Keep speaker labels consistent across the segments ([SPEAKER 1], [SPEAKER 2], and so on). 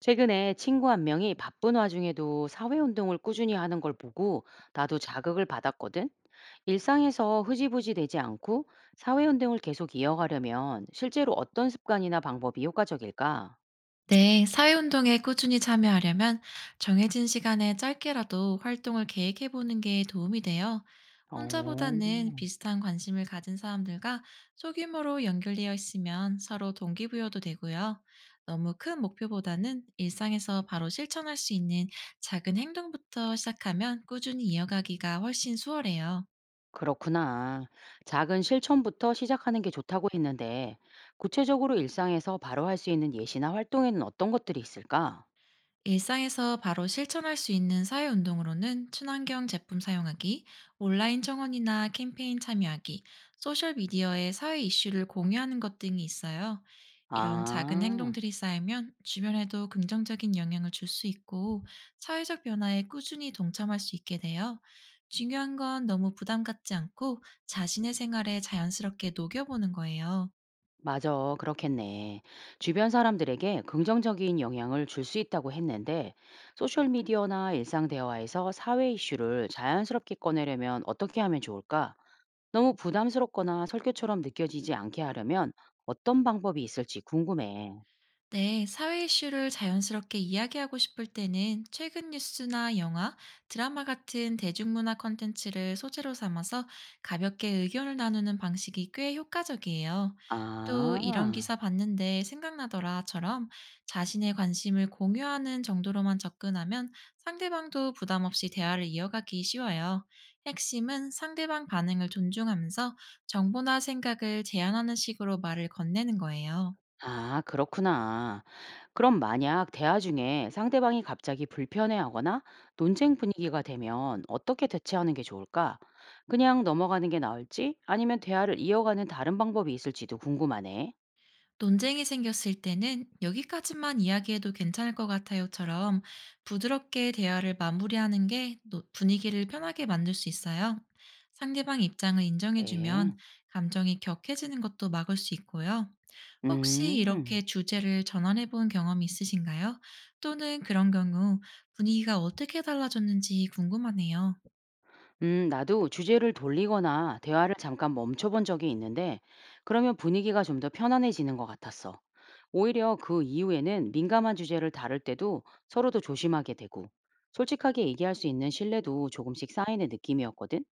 [SPEAKER 1] 최근에 친구 한 명이 바쁜 와중에도 사회운동을 꾸준히 하는 걸 보고 나도 자극을 받았거든. 일상에서 흐지부지 되지 않고 사회운동을 계속 이어가려면 실제로 어떤 습관이나 방법이 효과적일까?
[SPEAKER 2] 네, 사회운동에 꾸준히 참여하려면 정해진 시간에 짧게라도 활동을 계획해보는 게 도움이 돼요.
[SPEAKER 1] 어,
[SPEAKER 2] 혼자보다는 비슷한 관심을 가진 사람들과 소규모로 연결되어 있으면 서로 동기부여도 되고요. 너무 큰 목표보다는 일상에서 바로 실천할 수 있는 작은 행동부터 시작하면 꾸준히 이어가기가 훨씬 수월해요.
[SPEAKER 1] 그렇구나. 작은 실천부터 시작하는 게 좋다고 했는데 구체적으로 일상에서 바로 할 수 있는 예시나 활동에는 어떤 것들이 있을까?
[SPEAKER 2] 일상에서 바로 실천할 수 있는 사회운동으로는 친환경 제품 사용하기, 온라인 청원이나 캠페인 참여하기, 소셜미디어에 사회 이슈를 공유하는 것 등이 있어요. 이런 작은
[SPEAKER 1] 아.
[SPEAKER 2] 행동들이 쌓이면 주변에도 긍정적인 영향을 줄 수 있고, 사회적 변화에 꾸준히 동참할 수 있게 돼요. 중요한 건 너무 부담 갖지 않고 자신의 생활에 자연스럽게 녹여보는 거예요.
[SPEAKER 1] 맞아, 그렇겠네. 주변 사람들에게 긍정적인 영향을 줄 수 있다고 했는데, 소셜미디어나 일상 대화에서 사회 이슈를 자연스럽게 꺼내려면 어떻게 하면 좋을까? 너무 부담스럽거나 설교처럼 느껴지지 않게 하려면 어떤 방법이 있을지 궁금해.
[SPEAKER 2] 네, 사회 이슈를 자연스럽게 이야기하고 싶을 때는 최근 뉴스나 영화, 드라마 같은 대중문화 콘텐츠를 소재로 삼아서 가볍게 의견을 나누는 방식이 꽤 효과적이에요. 또 "이런
[SPEAKER 1] 아.
[SPEAKER 2] 기사 봤는데 생각나더라처럼 자신의 관심을 공유하는 정도로만 접근하면, 상대방도 부담 없이 대화를 이어가기 쉬워요. 핵심은 상대방 반응을 존중하면서 정보나 생각을 제안하는 식으로 말을 건네는 거예요.
[SPEAKER 1] 아, 그렇구나. 그럼 만약 대화 중에 상대방이 갑자기 불편해하거나 논쟁 분위기가 되면 어떻게 대처하는 게 좋을까? 그냥 넘어가는 게 나을지 아니면 대화를 이어가는 다른 방법이 있을지도 궁금하네.
[SPEAKER 2] 논쟁이 생겼을 때는 "여기까지만 이야기해도 괜찮을 것 같아요처럼 부드럽게 대화를 마무리하는 게 분위기를 편하게 만들 수 있어요. 상대방 입장을
[SPEAKER 1] 그래.
[SPEAKER 2] 인정해주면 감정이 격해지는 것도 막을 수 있고요. 혹시
[SPEAKER 1] 음,
[SPEAKER 2] 이렇게 주제를 전환해 본 경험이 있으신가요? 또는 그런 경우 분위기가 어떻게 달라졌는지 궁금하네요.
[SPEAKER 1] 나도 주제를 돌리거나 대화를 잠깐 멈춰본 적이 있는데 그러면 분위기가 좀 더 편안해지는 것 같았어. 오히려 그 이후에는 민감한 주제를 다룰 때도 서로 더 조심하게 되고 솔직하게 얘기할 수 있는 신뢰도 조금씩 쌓이는 느낌이었거든.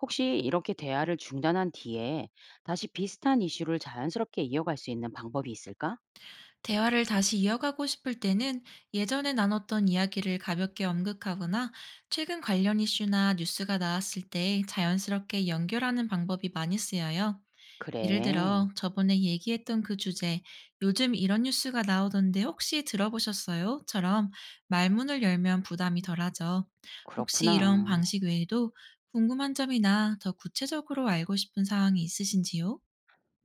[SPEAKER 1] 혹시 이렇게 대화를 중단한 뒤에 다시 비슷한 이슈를 자연스럽게 이어갈 수 있는 방법이 있을까?
[SPEAKER 2] 대화를 다시 이어가고 싶을 때는 예전에 나눴던 이야기를 가볍게 언급하거나, 최근 관련 이슈나 뉴스가 나왔을 때 자연스럽게 연결하는 방법이 많이 쓰여요. 예를 들어,
[SPEAKER 1] 그래,
[SPEAKER 2] "저번에 얘기했던 그 주제, 요즘 이런 뉴스가 나오던데 혹시 들어보셨어요? 처럼 말문을 열면 부담이 덜하죠. 혹시 이런
[SPEAKER 1] 그렇구나.
[SPEAKER 2] 방식 외에도 궁금한 점이나 더 구체적으로 알고 싶은 사항이 있으신지요?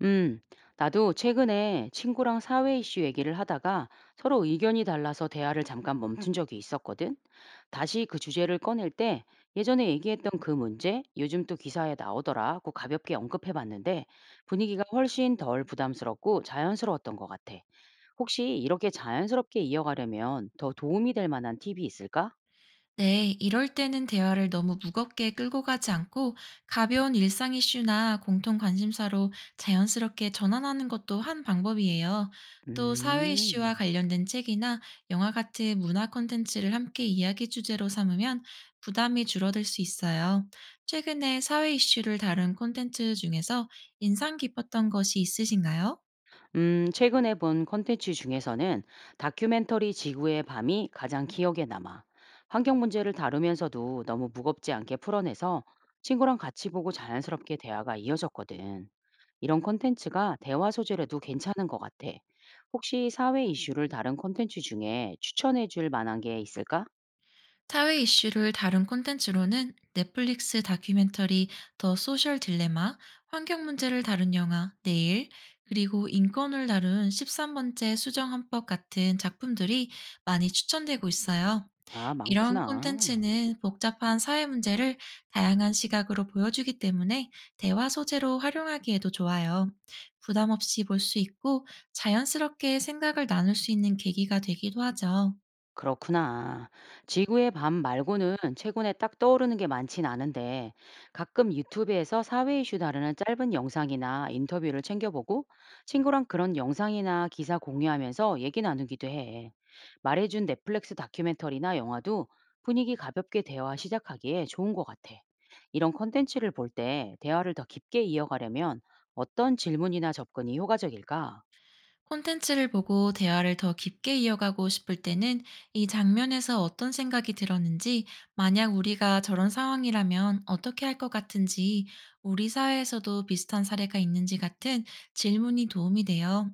[SPEAKER 1] 음, 나도 최근에 친구랑 사회 이슈 얘기를 하다가 서로 의견이 달라서 대화를 잠깐 멈춘 적이 있었거든. 다시 그 주제를 꺼낼 때 예전에 얘기했던 그 문제, 요즘 또 기사에 나오더라고 가볍게 언급해 봤는데 분위기가 훨씬 덜 부담스럽고 자연스러웠던 것 같아. 혹시 이렇게 자연스럽게 이어가려면 더 도움이 될 만한 팁이 있을까?
[SPEAKER 2] 네, 이럴 때는 대화를 너무 무겁게 끌고 가지 않고, 가벼운 일상 이슈나 공통 관심사로 자연스럽게 전환하는 것도 한 방법이에요. 또 사회 이슈와
[SPEAKER 1] 음.
[SPEAKER 2] 관련된 책이나 영화 같은 문화 콘텐츠를 함께 이야기 주제로 삼으면 부담이 줄어들 수 있어요. 최근에 사회 이슈를 다룬 콘텐츠 중에서 인상 깊었던 것이 있으신가요?
[SPEAKER 1] 최근에 본 콘텐츠 중에서는 다큐멘터리 지구의 밤이 가장 기억에 남아. 환경 문제를 다루면서도 너무 무겁지 않게 풀어내서 친구랑 같이 보고 자연스럽게 대화가 이어졌거든. 이런 콘텐츠가 대화 소재로도 괜찮은 것 같아. 혹시 사회 이슈를 다룬 콘텐츠 중에 추천해 줄 만한 게 있을까?
[SPEAKER 2] 사회 이슈를 다룬 콘텐츠로는 넷플릭스 다큐멘터리 "더 소셜 딜레마", 환경 문제를 다룬 영화 "내일", 그리고 인권을 다룬 "13번째 수정헌법" 같은 작품들이 많이 추천되고 있어요.
[SPEAKER 1] 아,
[SPEAKER 2] 이런
[SPEAKER 1] 많구나.
[SPEAKER 2] 콘텐츠는 복잡한 사회 문제를 다양한 시각으로 보여주기 때문에 대화 소재로 활용하기에도 좋아요. 부담 없이 볼 수 있고, 자연스럽게 생각을 나눌 수 있는 계기가 되기도 하죠.
[SPEAKER 1] 그렇구나. 지구의 밤 말고는 최근에 딱 떠오르는 게 많진 않은데 가끔 유튜브에서 사회 이슈 다루는 짧은 영상이나 인터뷰를 챙겨보고 친구랑 그런 영상이나 기사 공유하면서 얘기 나누기도 해. 말해준 넷플릭스 다큐멘터리나 영화도 분위기 가볍게 대화 시작하기에 좋은 것 같아. 이런 컨텐츠를 볼 때 대화를 더 깊게 이어가려면 어떤 질문이나 접근이 효과적일까?
[SPEAKER 2] 콘텐츠를 보고 대화를 더 깊게 이어가고 싶을 때는 "이 장면에서 어떤 생각이 들었는지, 만약 우리가 저런 상황이라면 어떻게 할 것 같은지, 우리 사회에서도 비슷한 사례가 있는지" 같은 질문이 도움이 돼요.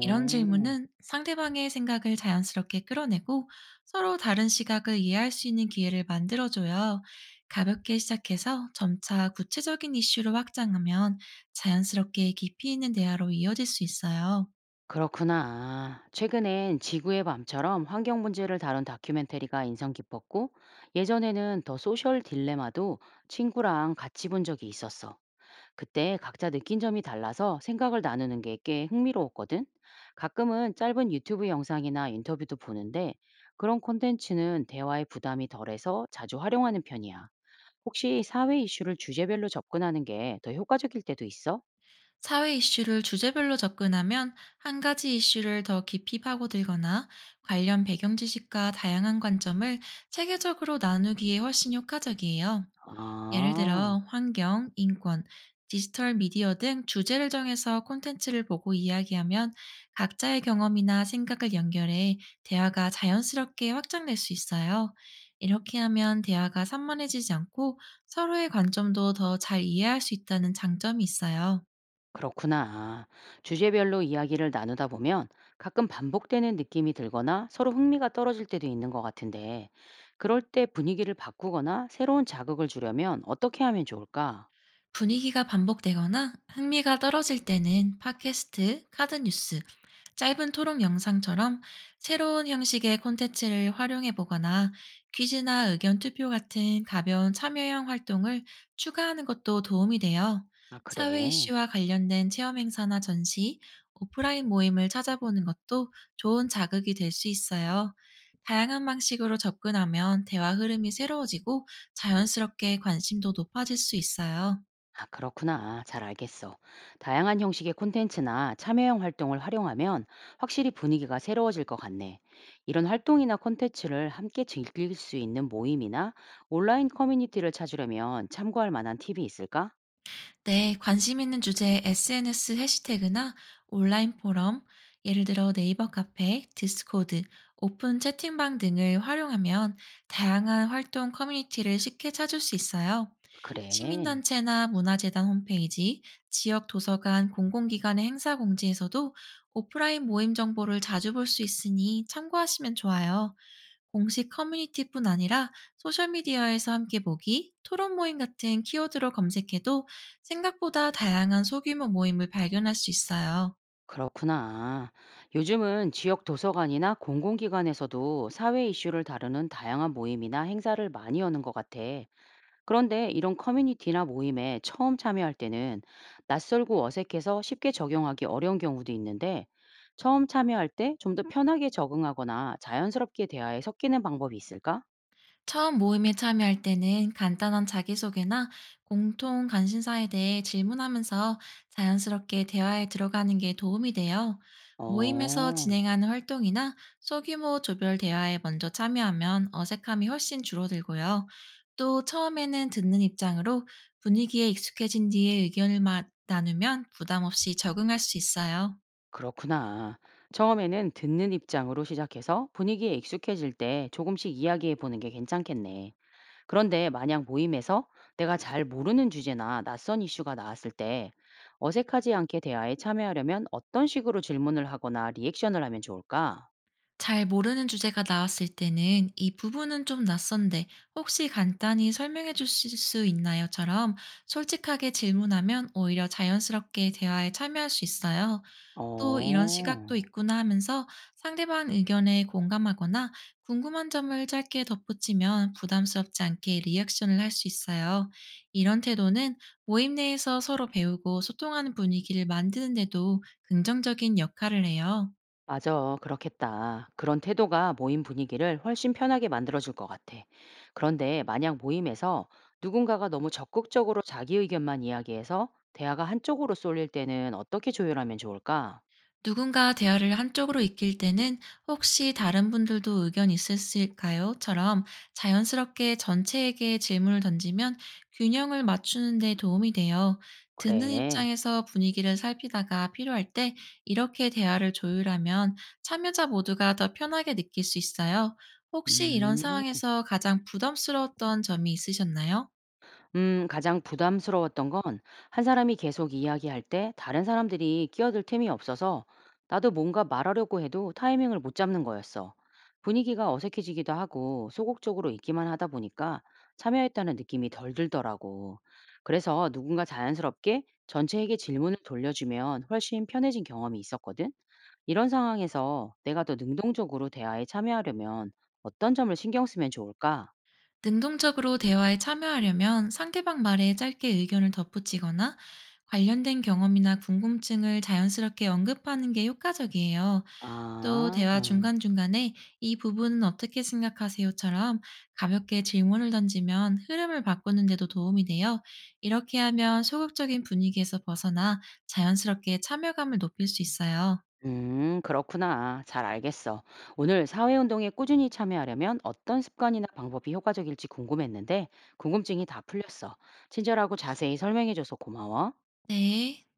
[SPEAKER 2] 이런 질문은 상대방의 생각을 자연스럽게 끌어내고, 서로 다른 시각을 이해할 수 있는 기회를 만들어줘요. 가볍게 시작해서 점차 구체적인 이슈로 확장하면 자연스럽게 깊이 있는 대화로 이어질 수 있어요.
[SPEAKER 1] 그렇구나. 최근엔 지구의 밤처럼 환경 문제를 다룬 다큐멘터리가 인상 깊었고, 예전에는 더 소셜 딜레마도 친구랑 같이 본 적이 있었어. 그때 각자 느낀 점이 달라서 생각을 나누는 게 꽤 흥미로웠거든. 가끔은 짧은 유튜브 영상이나 인터뷰도 보는데, 그런 콘텐츠는 대화의 부담이 덜해서 자주 활용하는 편이야. 혹시 사회 이슈를 주제별로 접근하는 게 더 효과적일 때도 있어?
[SPEAKER 2] 사회 이슈를 주제별로 접근하면 한 가지 이슈를 더 깊이 파고들거나 관련 배경 지식과 다양한 관점을 체계적으로 나누기에 훨씬 효과적이에요. 예를
[SPEAKER 1] 아.
[SPEAKER 2] 들어 환경, 인권, 디지털 미디어 등 주제를 정해서 콘텐츠를 보고 이야기하면, 각자의 경험이나 생각을 연결해 대화가 자연스럽게 확장될 수 있어요. 이렇게 하면 대화가 산만해지지 않고, 서로의 관점도 더 잘 이해할 수 있다는 장점이 있어요.
[SPEAKER 1] 그렇구나. 주제별로 이야기를 나누다 보면 가끔 반복되는 느낌이 들거나 서로 흥미가 떨어질 때도 있는 것 같은데, 그럴 때 분위기를 바꾸거나 새로운 자극을 주려면 어떻게 하면 좋을까?
[SPEAKER 2] 분위기가 반복되거나 흥미가 떨어질 때는 팟캐스트, 카드 뉴스, 짧은 토론 영상처럼 새로운 형식의 콘텐츠를 활용해 보거나, 퀴즈나 의견 투표 같은 가벼운 참여형 활동을 추가하는 것도 도움이 돼요.
[SPEAKER 1] 아,
[SPEAKER 2] 사회
[SPEAKER 1] 그래.
[SPEAKER 2] 이슈와 관련된 체험 행사나 전시, 오프라인 모임을 찾아보는 것도 좋은 자극이 될 수 있어요. 다양한 방식으로 접근하면 대화 흐름이 새로워지고, 자연스럽게 관심도 높아질 수 있어요.
[SPEAKER 1] 아, 그렇구나. 잘 알겠어. 다양한 형식의 콘텐츠나 참여형 활동을 활용하면 확실히 분위기가 새로워질 것 같네. 이런 활동이나 콘텐츠를 함께 즐길 수 있는 모임이나 온라인 커뮤니티를 찾으려면 참고할 만한 팁이 있을까?
[SPEAKER 2] 네, 관심 있는 주제의 SNS 해시태그나 온라인 포럼, 예를 들어 네이버 카페, 디스코드, 오픈 채팅방 등을 활용하면 다양한 활동 커뮤니티를 쉽게 찾을 수 있어요.
[SPEAKER 1] 그래.
[SPEAKER 2] 시민단체나 문화재단 홈페이지, 지역 도서관, 공공기관의 행사 공지에서도 오프라인 모임 정보를 자주 볼 수 있으니 참고하시면 좋아요. 공식 커뮤니티뿐 아니라 소셜미디어에서 "함께 보기", "토론 모임" 같은 키워드로 검색해도 생각보다 다양한 소규모 모임을 발견할 수 있어요.
[SPEAKER 1] 그렇구나. 요즘은 지역 도서관이나 공공기관에서도 사회 이슈를 다루는 다양한 모임이나 행사를 많이 여는 것 같아. 그런데 이런 커뮤니티나 모임에 처음 참여할 때는 낯설고 어색해서 쉽게 적용하기 어려운 경우도 있는데, 처음 참여할 때 좀 더 편하게 적응하거나 자연스럽게 대화에 섞이는 방법이 있을까?
[SPEAKER 2] 처음 모임에 참여할 때는 간단한 자기소개나 공통 관심사에 대해 질문하면서 자연스럽게 대화에 들어가는 게 도움이 돼요. 모임에서
[SPEAKER 1] 어,
[SPEAKER 2] 진행하는 활동이나 소규모 조별 대화에 먼저 참여하면 어색함이 훨씬 줄어들고요. 또 처음에는 듣는 입장으로 분위기에 익숙해진 뒤에 의견을 나누면 부담 없이 적응할 수 있어요.
[SPEAKER 1] 그렇구나. 처음에는 듣는 입장으로 시작해서 분위기에 익숙해질 때 조금씩 이야기해 보는 게 괜찮겠네. 그런데 만약 모임에서 내가 잘 모르는 주제나 낯선 이슈가 나왔을 때 어색하지 않게 대화에 참여하려면 어떤 식으로 질문을 하거나 리액션을 하면 좋을까?
[SPEAKER 2] 잘 모르는 주제가 나왔을 때는 "이 부분은 좀 낯선데 혹시 간단히 설명해 주실 수 있나요?"처럼 솔직하게 질문하면 오히려 자연스럽게 대화에 참여할 수 있어요. 또 "이런 시각도
[SPEAKER 1] 어,
[SPEAKER 2] 있구나." 하면서 상대방 의견에 공감하거나 궁금한 점을 짧게 덧붙이면 부담스럽지 않게 리액션을 할 수 있어요. 이런 태도는 모임 내에서 서로 배우고 소통하는 분위기를 만드는 데도 긍정적인 역할을 해요.
[SPEAKER 1] 맞아. 그렇겠다. 그런 태도가 모임 분위기를 훨씬 편하게 만들어줄 것 같아. 그런데 만약 모임에서 누군가가 너무 적극적으로 자기 의견만 이야기해서 대화가 한쪽으로 쏠릴 때는 어떻게 조율하면 좋을까?
[SPEAKER 2] 누군가 대화를 한쪽으로 이끌 때는 "혹시 다른 분들도 의견 있으실까요? 처럼 자연스럽게 전체에게 질문을 던지면 균형을 맞추는 데 도움이 돼요. 듣는
[SPEAKER 1] 그래.
[SPEAKER 2] 입장에서 분위기를 살피다가 필요할 때 이렇게 대화를 조율하면 참여자 모두가 더 편하게 느낄 수 있어요. 혹시 이런
[SPEAKER 1] 음.
[SPEAKER 2] 상황에서 가장 부담스러웠던 점이 있으셨나요?
[SPEAKER 1] 가장 부담스러웠던 건 한 사람이 계속 이야기할 때 다른 사람들이 끼어들 틈이 없어서 나도 뭔가 말하려고 해도 타이밍을 못 잡는 거였어. 분위기가 어색해지기도 하고 소극적으로 있기만 하다 보니까 참여했다는 느낌이 덜 들더라고. 그래서 누군가 자연스럽게 전체에게 질문을 돌려주면 훨씬 편해진 경험이 있었거든. 이런 상황에서 내가 더 능동적으로 대화에 참여하려면 어떤 점을 신경 쓰면 좋을까?
[SPEAKER 2] 능동적으로 대화에 참여하려면 상대방 말에 짧게 의견을 덧붙이거나 관련된 경험이나 궁금증을 자연스럽게 언급하는 게 효과적이에요. 또
[SPEAKER 1] 아,
[SPEAKER 2] 대화
[SPEAKER 1] 어.
[SPEAKER 2] 중간중간에 "이 부분은 어떻게 생각하세요?"처럼 가볍게 질문을 던지면 흐름을 바꾸는 데도 도움이 돼요. 이렇게 하면 소극적인 분위기에서 벗어나 자연스럽게 참여감을 높일 수 있어요.
[SPEAKER 1] 그렇구나. 잘 알겠어. 오늘 사회운동에 꾸준히 참여하려면 어떤 습관이나 방법이 효과적일지 궁금했는데, 궁금증이 다 풀렸어. 친절하고 자세히 설명해줘서 고마워.
[SPEAKER 2] 네.